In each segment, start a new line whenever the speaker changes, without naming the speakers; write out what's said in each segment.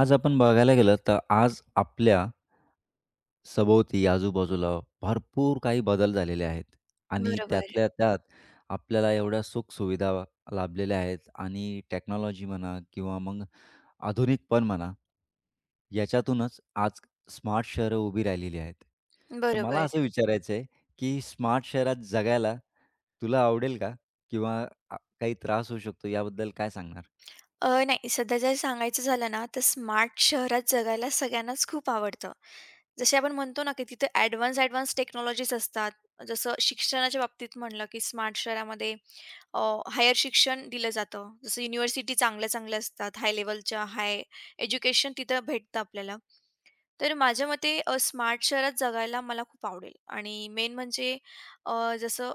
आज आपण बघायला गेलं तर आज आपल्या सभोवती, आजूबाजूला भरपूर काही बदल झालेले आहेत आणि
बरोबर,
त्यातल्या त्यात आपल्याला एवढ्या सुखसुविधा लाभलेल्या आहेत आणि टेक्नॉलॉजी म्हणा किंवा मग आधुनिकपण म्हणा, याच्यातूनच आज स्मार्ट शहरं उभी राहिलेली आहेत. तर मला
बरोबर.
असं विचारायचं आहे, की स्मार्ट शहरात जगायला तुला आवडेल का? किंवा काही त्रास होऊ शकतो याबद्दल काय सांगणार?
नाही, सध्या जर सांगायचं झालं ना, तर स्मार्ट शहरात जगायला सगळ्यांनाच खूप आवडतं. जसे आपण म्हणतो ना, की तिथे ॲडव्हान्स टेक्नॉलॉजीज असतात. जसं शिक्षणाच्या बाबतीत म्हणलं, की स्मार्ट शहरामध्ये अ, हायर शिक्षण दिलं जातं. जसं युनिव्हर्सिटी चांगल्या-चांगल्या असतात, हाय लेव्हलच्या हाय एज्युकेशन तिथं भेटतं आपल्याला. तर माझ्या मते स्मार्ट शहरात जगायला मला खूप आवडेल आणि मेन म्हणजे जसं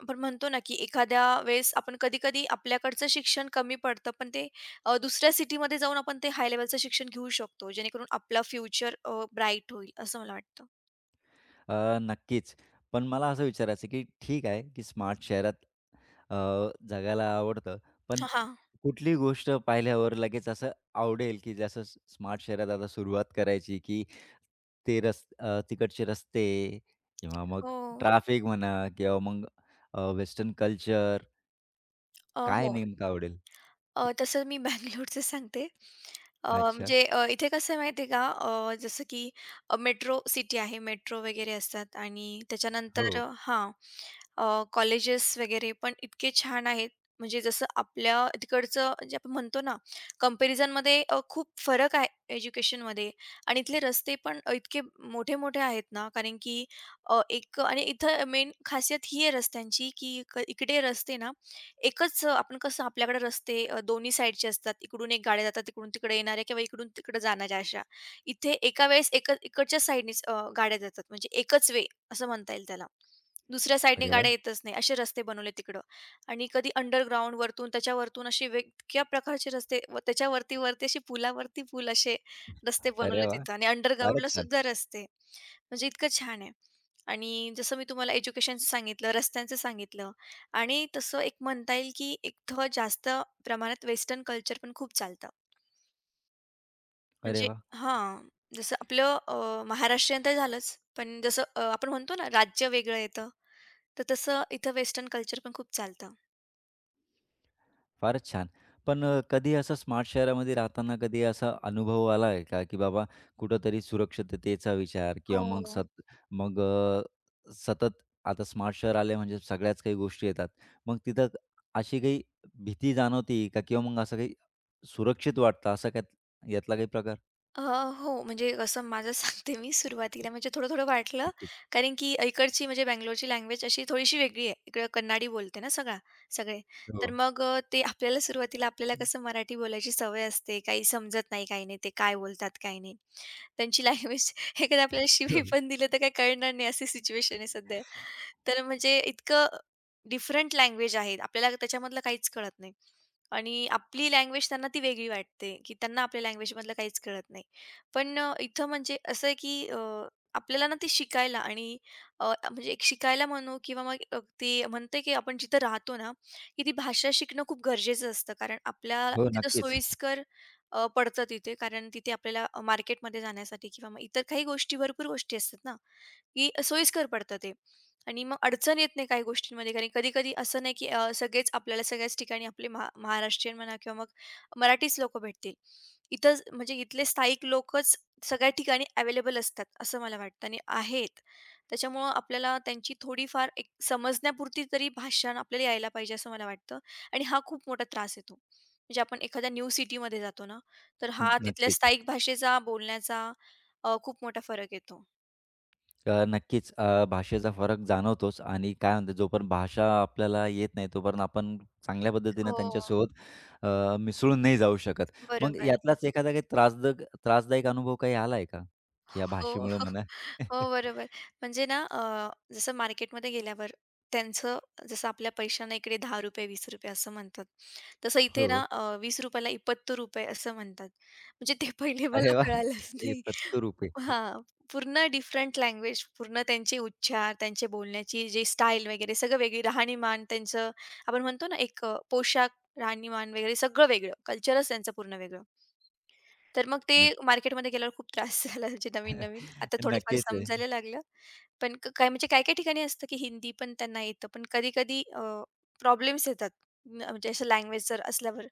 आपण म्हणतो ना, की एखाद्या वेळेस आपण कधी-कधी आपल्याकडचं शिक्षण कमी पडतं, पण ते दुसऱ्या सिटीमध्ये जाऊन आपण ते हाय लेव्हलचं शिक्षण घेऊ शकतो, जेणेकरून आपला फ्युचर ब्राईट होईल असं मला वाटतं.
नक्कीच. पण मला असं विचारायचं की ठीक आहे, की स्मार्ट शहरात अ, जगायला आवडतं. पण
हां.
कुठली गोष्ट पाहिल्यावर लगेच असं आवडेल, की जसं स्मार्ट शहरात आता सुरुवात करायची, की तिकडचे रस्ते किंवा मग
हो.
ट्रॅफिक म्हणा किंवा मग वेस्टर्न कल्चर काय
हो.
नेमकं आवडेल?
तसं मी बंगलोरचं सांगते.
अच्छा.
म्हणजे इथे कसं आहे माहिती आहे का, जसं की मेट्रो सिटी आहे, मेट्रो वगैरे असतात आणि
हो.
त्याच्यानंतर हां, कॉलेजेस वगैरे पण इतके छान आहेत. म्हणजे जसं आपल्या तिकडचं जे आपण म्हणतो ना, कंपॅरिझनमध्ये खूप फरक आहे एज्युकेशनमध्ये. आणि इथले रस्ते पण इतके मोठे-मोठे आहेत ना, कारण की एक आणि इथं मेन खासियत ही आहे रस्त्यांची, की इकडे रस्ते ना एकच. आपण कसं आपल्याकडे रस्ते दोन्ही साईडचे असतात. इकडून एक गाड्या जातात, तिकडून तिकडे येणाऱ्या किंवा इकडून तिकडे जाणाऱ्या अशा. इथे एका वेळेस एक इकडच्या साईडनीच गाड्या जातात, म्हणजे एकच वे असं म्हणता येईल त्याला. दुसऱ्या साईडने
अरे वाह!
गाड्या येतच नाही असे रस्ते बनवले तिकडं. आणि कधी अंडरग्राउंड वरतून त्याच्यावरतून असे वेगळ्या प्रकारचे रस्ते व त्याच्यावरती वरती अशी पुलावरती पूल असे रस्ते
अरे
बनवले
वाह!
तिथं आणि
फारच
अंडरग्राउंडला
छान.
सुद्धा रस्ते. म्हणजे इतकं छान आहे. आणि जसं मी तुम्हाला एज्युकेशनचं सांगितलं, रस्त्यांचं सांगितलं. आणि तसं एक म्हणता येईल, की इथं जास्त प्रमाणात वेस्टर्न कल्चर पण खूप चालतं.
अरे
म्हणजे
वाह!
हां, जसं आपलं महाराष्ट्रीयन तर झालंच, पण जसं आपण म्हणतो ना राज्य वेगळं येतं, तर तसं इथं वेस्टर्न कल्चर पण खूप चालतं.
फारच छान. पण कधी असं स्मार्ट शहरामध्ये राहताना कधी असा अनुभव आला आहे का, की बाबा कुठेतरी सुरक्षिततेचा विचार किंवा मग
हो.
सत मग अ, सतत आता स्मार्ट शहर आले म्हणजे सगळ्याच काही गोष्टी येतात. मग तिथं अशी काही भीती जाणवती का किंवा मग असं काही सुरक्षित वाटतं असं काय यातला काही प्रकार?
हो, म्हणजे कसं माझं सांगते मी. सुरुवातीला म्हणजे थोडं-थोडं वाटलं,
नक्कीच.
कारण की इकडची म्हणजे बंगलोरची लँग्वेज अशी थोडीशी वेगळी आहे. इकडं कन्नाडी बोलते ना सगळे. तर
हो.
मग ते आपल्याला सुरुवातीला आपल्याला कसं मराठी बोलायची सवय असते, काही समजत नाही, काही नाही. ते काय बोलतात, काय नाही. त्यांची लँग्वेज एखादा आपल्याला शिवी
हं.
पण दिलं तर काही कळणार नाही, अशी सिच्युएशन आहे सध्या. तर म्हणजे इतकं डिफरंट लँग्वेज आहेत. आपल्याला त्याच्यामधलं काहीच कळत नाही. आणि आपली लँग्वेज त्यांना ती वेगळी वाटते, की त्यांना आपल्या लँग्वेजमधलं काहीच कळत नाही. पण इथं म्हणजे असं आहे, की आपल्याला ना ते शिकायला आणि अ, म्हणजे एक शिकायला म्हणू किंवा मग ते म्हणते, की आपण जिथं राहतो ना, की ती भाषा शिकणं खूप गरजेचं असतं. कारण आपल्या
हो,
तिथं
नक्कीच.
सोयीस्कर पडतं तिथे. कारण तिथे आपल्याला मार्केटमध्ये जाण्यासाठी किंवा मग इतर काही गोष्टी, भरपूर गोष्टी असतात ना, की सोयीस्कर पडतं ते. आणि मग अडचण येत नाही काही गोष्टींमध्ये, कारण कधी-कधी असं नाही की सगळेच आपल्याला सगळ्याच ठिकाणी आपले महाराष्ट्रीयन म्हणा किंवा मग मराठीच लोकं भेटतील. इथंच म्हणजे इथले स्थायिक लोकच सगळ्या ठिकाणी अवेलेबल असतात, असं मला वाटतं आणि आहेत. त्याच्यामुळं आपल्याला त्यांची थोडीफार एक समजण्यापुरती तरी भाषा आपल्याला यायला पाहिजे असं मला वाटतं. आणि हा खूप मोठा त्रास येतो. म्हणजे आपण एखाद्या न्यू सिटीमध्ये जातो ना, तर हा तिथल्या
नक्कीच.
स्थायिक भाषेचा, बोलण्याचा खूप मोठा फरक येतो.
नक्कीच भाषेचा फरक जाणवतोच आणि काय म्हणतात जोपर्यंत भाषा आपल्याला येत नाही तोपर्यंत आपण चांगल्या पद्धतीनं
हो,
त्यांच्यासोबत मिसळून नाही जाऊ शकत. मग
बरोबर.
यातलाच एखादा काही त्रासदायक अनुभव काही आला आहे का? की या
हो,
भाषेमुळं
हो.
म्हणा?
हो, बरोबर. म्हणजे ना जसं मार्केटमध्ये गेल्यावर त्यांचं जसं आपल्या पैशांना इकडे ₹10 ₹20 असं म्हणतात. तसं इथे ना
हो.
₹20 ला ₹72 असं म्हणतात. म्हणजे ते पहिले मला
अरे वाह!
कळालंच
ए
नाही.
पत्तू रूप है.
हां, पूर्ण डिफरंट लँग्वेज, पूर्ण त्यांचे उच्चार, त्यांचे बोलण्याची जी स्टाईल वगैरे सगळं वेगळी, राहणीमान त्यांचं. आपण म्हणतो ना एक पोशाख, राहणीमान वगैरे सगळं वेगळं. कल्चरच त्यांचं पूर्ण वेगळं. तर मग ते मार्केटमध्ये गेल्यावर खूप त्रास झाला, म्हणजे नवीन-नवीन. आता थोडंफार
नक्कीच आहे.
समजायला लागलं. पण काय म्हणजे काही-काही ठिकाणी असतं की हिंदी पण त्यांना येतं. पण कधी-कधी प्रॉब्लेम्स येतात. म्हणजे असं लँग्वेज जर असल्यावर.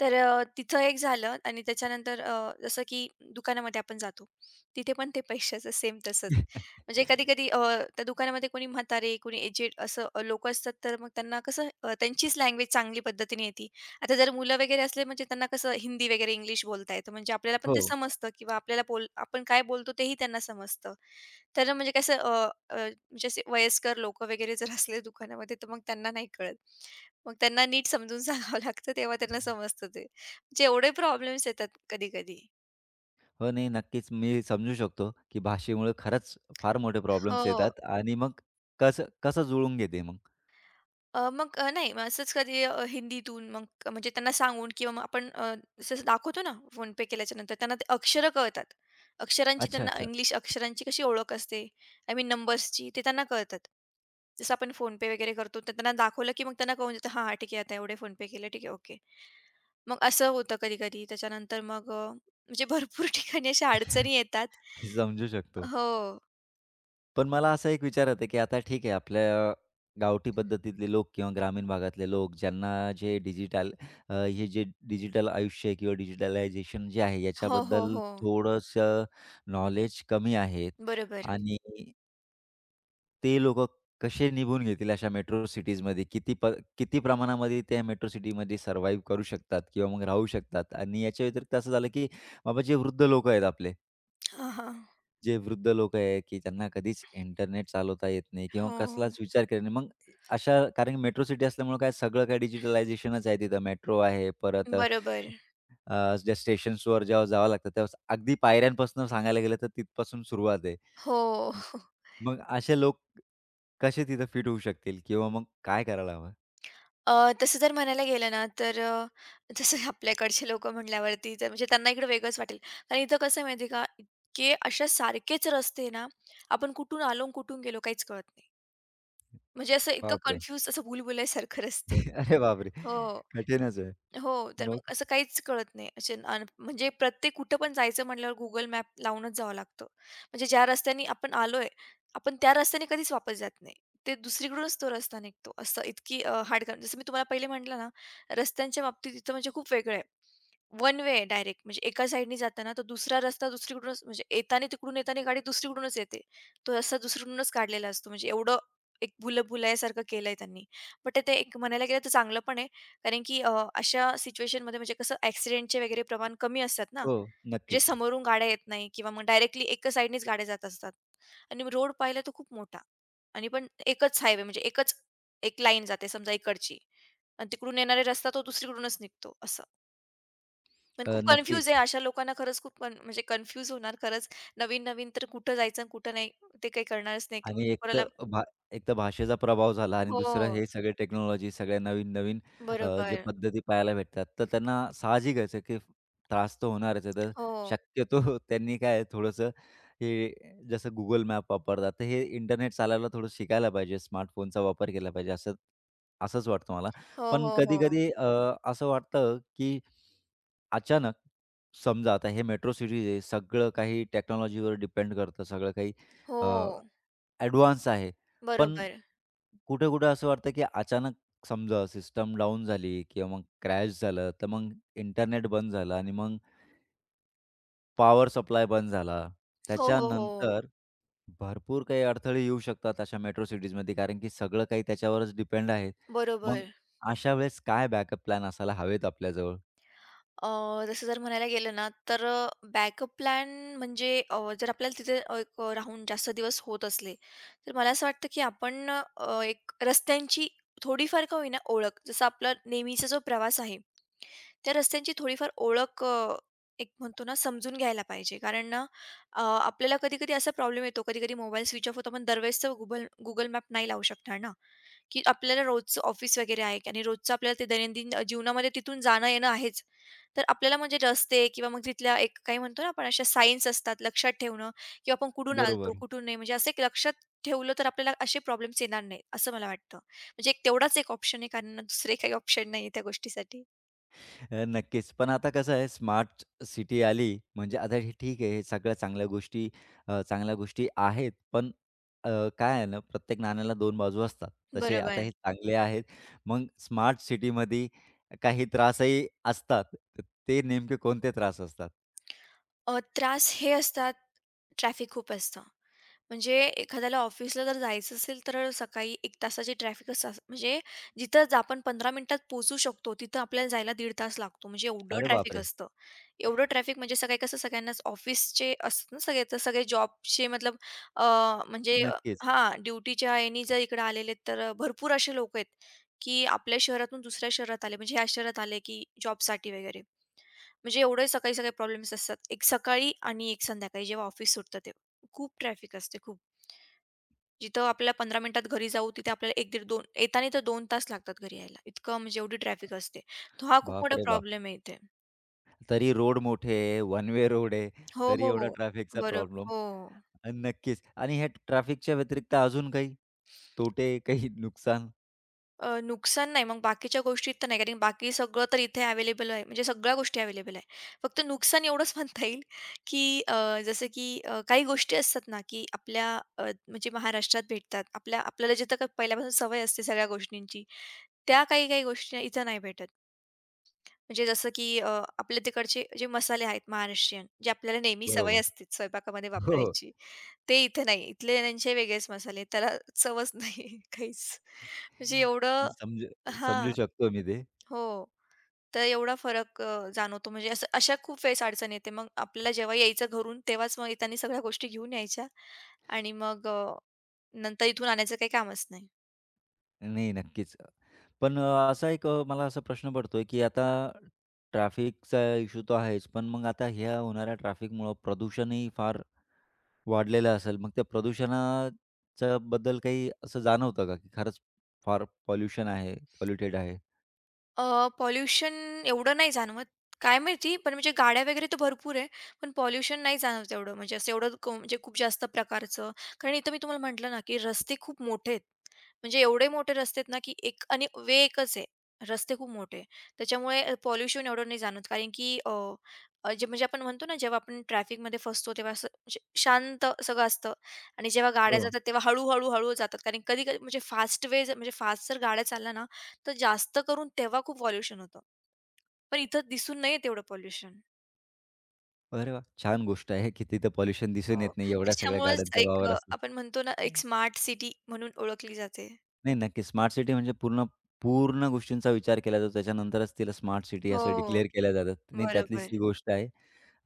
तर तिथं एक झालं आणि त्याच्यानंतर जसं की दुकानामध्ये आपण जातो. तिथे पण ते पैशाचं सेम तसंच. म्हणजे कधी-कधी त्या दुकानामध्ये कोणी म्हातारे, कोणी एजेड असं असतात, तर मग त्यांना कसं त्यांचीच लँग्वेज चांगली पद्धतीने येते. आता जर मुलं वगैरे असले म्हणजे त्यांना कसं हिंदी वगैरे इंग्लिश बोलता येतं, म्हणजे आपल्याला पण ते
हो.
समजतं किंवा आपल्याला बोल आपण काय बोलतो तेही त्यांना समजतं. तर म्हणजे कसं अ, अ, म्हणजे असे वयस्कर लोकं वगैरे जर असले दुकानामध्ये, तर मग त्यांना नाही कळत. मग त्यांना नीट समजून सांगावं लागतं, तेव्हा त्यांना समजतं ते. म्हणजे एवढे प्रॉब्लेम्स येतात कधी-कधी.
हो, नाही नक्कीच मी समजू शकतो, की भाषेमुळे खरंच फार मोठे प्रॉब्लेम्स
हो.
येतात आणि मग कसं कसं जुळवून घेते मग?
मग नाही, मग असंच कधी हिंदीतून मग म्हणजे त्यांना सांगून किंवा मग आपण जसं दाखवतो ना फोनपे केल्याच्या नंतर त्यांना ते अक्षरं कळतात. अक्षरांची
अच्छा,
त्यांना
अच्छा.
इंग्लिश अक्षरांची कशी ओळख असते, आय मीन नंबर्सची ते त्यांना कळतात. जसं आपण फोनपे वगैरे करतो, तर त्यांना दाखवलं की मग त्यांना कळून जातं, हां, हां, ठीक आहे, आता एवढे फोनपे केले, ठीक आहे, ओके. मग असं होतं कधी-कधी त्याच्यानंतर मग म्हणजे भरपूर ठिकाणी अशा अडचणी येतात.
समजू शकतो.
हो.
पण मला असं एक विचारत आहे, की आता ठीक आहे आपल्या गावठी पद्धतीतले लोक किंवा ग्रामीण भागातले लोक ज्यांना जे डिजिटल जे डिजिटल आयुष्य आहे किंवा डिजिटलायझेशन जे आहे
हो, हो,
याच्याबद्दल
हो.
थोडंसं नॉलेज कमी आहे
बरोबर.
आणि ते लोकं कसे निभून घेतील अशा मेट्रो सिटीजमध्ये? किती प्रमाणामध्ये त्या मेट्रो सिटीमध्ये सर्व्हाईव्ह करू शकतात किंवा मग राहू शकतात? आणि याच्या व्यतिरिक्त असं झालं, की बाबा जे वृद्ध लोकं आहेत आपले
हां, हां.
जे वृद्ध लोकं आहे, की त्यांना कधीच इंटरनेट चालवता येत नाही किंवा
हो.
कसलाच विचार केला नाही. मग अशा कारण की मेट्रो सिटी असल्यामुळं काय सगळं काही डिजिटलायझेशनच आहे तिथं. मेट्रो आहे, परत
बरोबर.
ज्या स्टेशन्सवर जेव्हा जावं लागतं तेव्हा अगदी पायऱ्यांपासून सांगायला गेलं तर तिथपासून सुरुवात आहे.
हो.
मग असे लोक कसे तिथं फिट होऊ शकतील किंवा मग काय करायला हवं?
तसं जर म्हणायला गेलं ना, तर जसं आपल्याकडचे लोकं म्हटल्यावरती तर म्हणजे त्यांना इकडे वेगळंच वाटेल. कारण इथं कसं आहे माहिती आहे का, इतके अशा सारखेच रस्ते आहे ना, आपण कुठून आलो आणि कुठून गेलो काहीच कळत नाही. म्हणजे असं इतकं
बापरे!
कन्फ्यूज असं भूलभुलैयासारखं रस्ते.
अरे बापरे!
हो.
कठीणच आहे.
हो, तर
मग
मग असं काहीच कळत नाही. असे अन म्हणजे प्रत्येक कुठं पण जायचं म्हटल्यावर Google मॅप लावूनच जावं लागतं. म्हणजे ज्या रस्त्याने आपण आलोय, आपण त्या रस्त्याने कधीच वापस जात नाही. ते दुसरीकडूनच तो रस्ता निघतो. असं इतकी जसं मी तुम्हाला पहिले म्हटलं ना, रस्त्यांच्या बाबतीत इथं म्हणजे खूप वेगळं आहे. वन वे डायरेक्ट म्हणजे एका साइडनी जाताना तो दुसरा रस्ता दुसरीकडूनच, म्हणजे येताना तिकडून येताना गाडी दुसरीकडूनच येते. तो रस्ता दुसरीकडूनच काढलेला असतो. म्हणजे एवढं एक भुलभुलैयासारखं केलंय त्यांनी. बट ते एक म्हणायला गेलं तर चांगलं पण आहे. कारण की अशा सिच्युएशनमध्ये म्हणजे कसं ॲक्सिडेंटचे वगैरे प्रमाण कमी असतात ना.
हो,
म्हणजे
नक्कीच.
समोरून गाड्या येत नाही किंवा मग डायरेक्टली एकाच साइडनीच गाड्या जात असतात. आणि रोड पाहिला तर खूप मोठा आणि पण एकच हायवे, म्हणजे एकच एक लाईन जाते समजा इकडची आणि तिकडून येणारे रस्ता तो दुसरीकडूनच निघतो असं. पण खूप कन्फ्यूज
नक्कीच.
आहे अशा लोकांना, खरंच खूप म्हणजे कन्फ्यूज होणार खरंच. नवीन-नवीन तर कुठं जायचं आणि कुठं नाही ते काही कळणारच नाही
आणि
म्हणजे कोणाला.
भा एक तर भाषेचा प्रभाव झाला आणि दुसरं
हो.
हे सगळे टेक्नॉलॉजी, सगळ्या नवीन-नवीन जे
बरोबर.
पद्धती पाहायला भेटतात. तर त्यांना साहजिकच आहे की त्रास तर होणारच आहे. तर
हो.
शक्यतो त्यांनी काय आहे थोडंसं हे जसं Google मॅप वापरतात, तर हे इंटरनेट चालायला थोडं शिकायला पाहिजे. स्मार्टफोनचा वापर केला पाहिजे असंच वाटतं मला.
हो,
पण
हो, हो.
कधी-कधी असं वाटतं की अचानक समजा आता हे मेट्रो सिटीज आहे, सगळं काही टेक्नॉलॉजीवर डिपेंड करतं. सगळं काही अ
हो.
ॲडव्हान्स आहे. पण
बरोबर.
कुठे-कुठे असं वाटतं, की अचानक समजा सिस्टम डाउन झाली किंवा मग क्रॅश झालं, तर मग इंटरनेट बंद झालं आणि मग पॉवर सप्लाय बंद झाला.
हो, हो, हो.
त्याच्यानंतर भरपूर काही अडथळे येऊ शकतात अशा मेट्रो सिटीजमध्ये, कारण की सगळं काही त्याच्यावरच डिपेंड आहे. मग
बरोबर.
अशा वेळेस काय बॅकअप प्लॅन असायला हवेत आपल्याजवळ?
जसं जर म्हणायला गेलं ना, तर बॅकअप प्लॅन म्हणजे जर आपल्याला तिथे एक राहून जास्त दिवस होत असले, तर मला असं वाटतं की आपण एक रस्त्यांची थोडीफार का होईना ओळख, जसं आपला नेहमीचा जो प्रवास आहे, त्या रस्त्यांची थोडीफार ओळख एक म्हणतो ना, समजून घ्यायला पाहिजे. कारण ना, आपल्याला कधी-कधी असा प्रॉब्लेम येतो, कधी-कधी मोबाईल स्विच ऑफ होतो, पण दरवेळेस तर Google मॅप नाही लावू शकणार ना, की आपल्याला रोजचं ऑफिस वगैरे आहे आणि रोजचं आपल्याला ते दैनंदिन जीवनामध्ये तिथून जाणं-येणं आहेच. तर आपल्याला म्हणजे रस्ते किंवा मग तिथल्या एक काही म्हणतो ना आपण अशा सायन्स असतात लक्षात ठेवणं किंवा आपण कुठून आलतो,
बरोबर.
कुठून नाही, म्हणजे असं एक लक्षात ठेवलं तर आपल्याला असे प्रॉब्लेम्स येणार नाहीत, असं मला वाटतं. म्हणजे एक तेवढाच एक ऑप्शन आहे, कारण दुसरे काही ऑप्शन नाहीये त्या गोष्टीसाठी.
नक्कीच. पण आता कसं आहे स्मार्ट सिटी आली, म्हणजे आता हे ठीक आहे, हे सगळ्या चांगल्या गोष्टी अ, चांगल्या गोष्टी आहेत. पण अ, काय आहे ना, प्रत्येक नाण्याला 2 बाजू असतात. तसे आता
बरोबर.
हे चांगले आहेत. मग स्मार्ट सिटीमध्ये काही त्रासही असतात. तर ते नेमके कोणते त्रास असतात?
त्रास हे असतात, ट्रॅफिक खूप असतं. म्हणजे एखाद्याला ऑफिसला जर जायचं असेल तर सकाळी एक तासाची ट्रॅफिक, असं म्हणजे जिथं आपण 15 मिनिटात पोहोचू शकतो, तिथं आपल्याला जायला दीड तास लागतो. म्हणजे एवढं
अरे
ट्रॅफिक
बापरे!
असतं. एवढं ट्रॅफिक म्हणजे सकाळी कसं सगळ्यांनाच ऑफिसचे असतात ना सगळे, तर सगळे जॉबचे मतलब अ, म्हणजे
नक्कीच.
हां, ड्युटीच्या यानी जर इकडे आलेले तर भरपूर असे लोकं आहेत, की आपल्या शहरातून दुसऱ्या शहरात आले, म्हणजे ह्या शहरात आले, की जॉबसाठी वगैरे. म्हणजे एवढे सकाळी सगळे प्रॉब्लेम्स असतात. एक सकाळी आणि एक संध्याकाळी जेव्हा ऑफिस सुटतं तेव्हा. खूप ट्रॅफिक असते खूप. जिथं आपल्याला 15 मिनिटात घरी जाऊ तिथे आपल्याला एक दीड 2 येताना तर दोन तास लागतात घरी यायला. इतकं म्हणजे एवढी ट्रॅफिक असते. तो हा खूप मोठा
बापरे बाप!
प्रॉब्लेम आहे इथे.
तरी रोड मोठे आहे, वन वे रोड आहे,
हो,
तरी
हो. हो.
एवढा ट्रॅफिकचा
बरं.
प्रॉब्लेम.
हो.
नक्कीच. आणि ह्या ट्रॅफिकच्या व्यतिरिक्त अजून काही तोटे, काही नुकसान?
नुकसान नाही मग बाकीच्या गोष्टीत तर नाही, कारण बाकी सगळं तर इथे अवेलेबल आहे. म्हणजे सगळ्या गोष्टी अवेलेबल आहे. फक्त नुकसान एवढंच म्हणता येईल, की जसं की काही गोष्टी असतात ना, की आपल्या म्हणजे महाराष्ट्रात भेटतात. आपल्या आपल्याला जिथं काही पहिल्यापासून सवय असते सगळ्या गोष्टींची, त्या काही-काही गोष्टी इथं नाही भेटत. म्हणजे जसं की आपल्या तिकडचे जे मसाले आहेत महाराष्ट्रीयन, जे आपल्याला नेहमी सवय
बरोबर.
असते स्वयंपाकामध्ये
हो, हो.
वापरायची, ते इथे नाही. इथले त्यांचे वेगळेच मसाले, त्याला चवच नाही काहीच. म्हणजे एवढं,
समजू समजू
हां.
शकतो मी ते.
हो. तर एवढा फरक जाणवतो. म्हणजे असं अशा खूप वेळेस अडचण येते. मग आपल्याला जेव्हा यायचं घरून, तेव्हाच मग त्यांनी सगळ्या गोष्टी घेऊन यायच्या आणि मग नंतर इथून आणायचं काही कामच नाही.
नाही, नक्कीच. पण अ, असा एक अ, मला असा प्रश्न पडतोय, की आता ट्रॅफिकचा इश्यू तर आहेच, पण मग आता ह्या होणाऱ्या ट्रॅफिकमुळं प्रदूषणही फार वाढलेलं असेल. मग त्या प्रदूषणाच्या बद्दल काही असं जाणवतं का, की खरंच फार पॉल्युशन आहे, पॉल्युटेड आहे?
पॉल्युशन एवढं नाही जाणवत. काय माहिती? पण म्हणजे गाड्या वगैरे तर भरपूर आहे. पण पॉल्युशन नाही जाणवत एवढं. म्हणजे असं एवढं म्हणजे खूप जास्त प्रकारचं. कारण इथं मी तुम्हाला म्हटलं ना, की रस्ते खूप मोठे आहेत. म्हणजे एवढे मोठे रस्ते आहेत ना, की एक आणि वे एकच आहे. रस्ते खूप मोठे आहे. त्याच्यामुळे पॉल्युशन एवढं नाही जाणवत. कारण की अ, अ, जे म्हणजे आपण म्हणतो ना, जेव्हा आपण ट्रॅफिकमध्ये फसतो, तेव्हा असं म्हणजे शांत सगळं असतं. आणि जेव्हा गाड्या
हो.
जातात, तेव्हा हळू-हळू, हळू हळू- हळू जातात. कारण कधी-कधी म्हणजे फास्ट वे म्हणजे फास्ट जर गाड्या चालल्या ना, तर जास्त करून तेव्हा खूप पॉल्युशन होतं. पण इथं दिसून नाहीये तेवढं पॉल्युशन.
अरे वाह! छान गोष्ट आहे, की तिथं पॉल्युशन दिसून
हो.
येत नाही एवढ्या सगळ्या
त्याच्यामुळेच
गाड्यांचा
एक
वावर असून.
आपण म्हणतो ना, एक स्मार्ट सिटी म्हणून ओळखली जाते.
नाही, नक्की. स्मार्ट सिटी म्हणजे पूर्ण पूर्ण गोष्टींचा विचार केला जातो. त्याच्यानंतरच तिला स्मार्ट सिटी
हो.
असं डिक्लेअर केल्या जातात. नाही, त्यातलीच
बरोबर.
ती गोष्ट आहे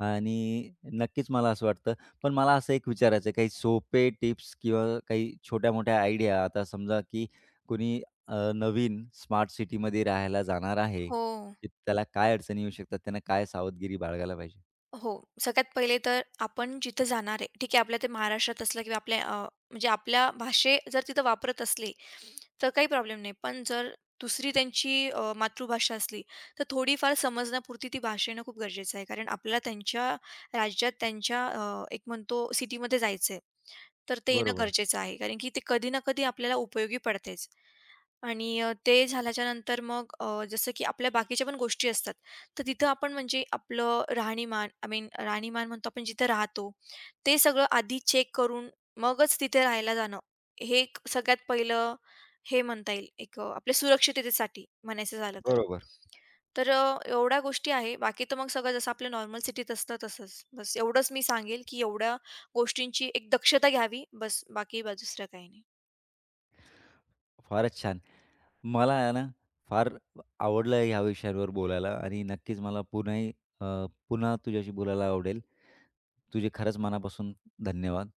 आणि नक्कीच मला असं वाटतं. पण मला असं एक विचारायचं आहे, काही सोपे टिप्स किंवा काही छोट्या-मोठ्या आयडिया आता समजा की कोणी नवीन स्मार्ट सिटीमध्ये राहायला जाणार आहे,
हो.
की त्याला काय अडचणी येऊ शकतात? त्यांना काय सावधगिरी बाळगायला पाहिजे?
हो. सगळ्यात पहिले तर आपण जिथं जाणार आहे, ठीक आहे, आपल्या ते महाराष्ट्रात असलं किंवा आपल्या म्हणजे आपल्या भाषे जर तिथं वापरत असली, तर काही प्रॉब्लेम नाही. पण जर दुसरी त्यांची मातृभाषा असली, तर थोडीफार समजण्यापुरती ती भाषा येणं खूप गरजेचं आहे. कारण आपल्याला त्यांच्या राज्यात, त्यांच्या एक म्हणतो सिटीमध्ये जायचंय. तर ते येणं
बरोबर,
गरजेचं आहे. कारण की ते कधी ना कधी आपल्याला उपयोगी पडतेच. आणि ते झाल्याच्या नंतर मग जसं की आपल्या बाकीच्या पण गोष्टी असतात. तर तिथं आपण म्हणजे आपलं राहणीमान, आय मीन राहणीमान म्हणतो आपण जिथं राहतो, ते सगळं आधी चेक करून मगच तिथे राहायला जाणं, हे एक सगळ्यात पहिलं हे म्हणता येईल एक आपल्या सुरक्षिततेसाठी म्हणायचं झालं तर.
बरोबर.
तर एवढ्या गोष्टी आहे. बाकी तर मग सगळं जसं आपलं नॉर्मल सिटीत असतं तसंच. बस एवढंच मी सांगेल, की एवढ्या गोष्टींची एक दक्षता घ्यावी. बस बाकी दुसरं काही नाही.
फारच छान. मला आहे ना, फार आवडलं आहे ह्या विषयांवर बोलायला आणि नक्कीच मला पुन्हाही अ, पुन्हा तुझ्याशी बोलायला आवडेल. तुझे खरंच मनापासून धन्यवाद.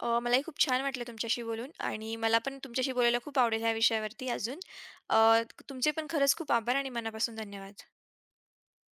मलाही खूप छान वाटलं तुमच्याशी बोलून, आणि मला पण तुमच्याशी बोलायला खूप आवडेल ह्या विषयावरती अजून. अ, तुमचे पण खरंच खूप आभार आणि मनापासून धन्यवाद.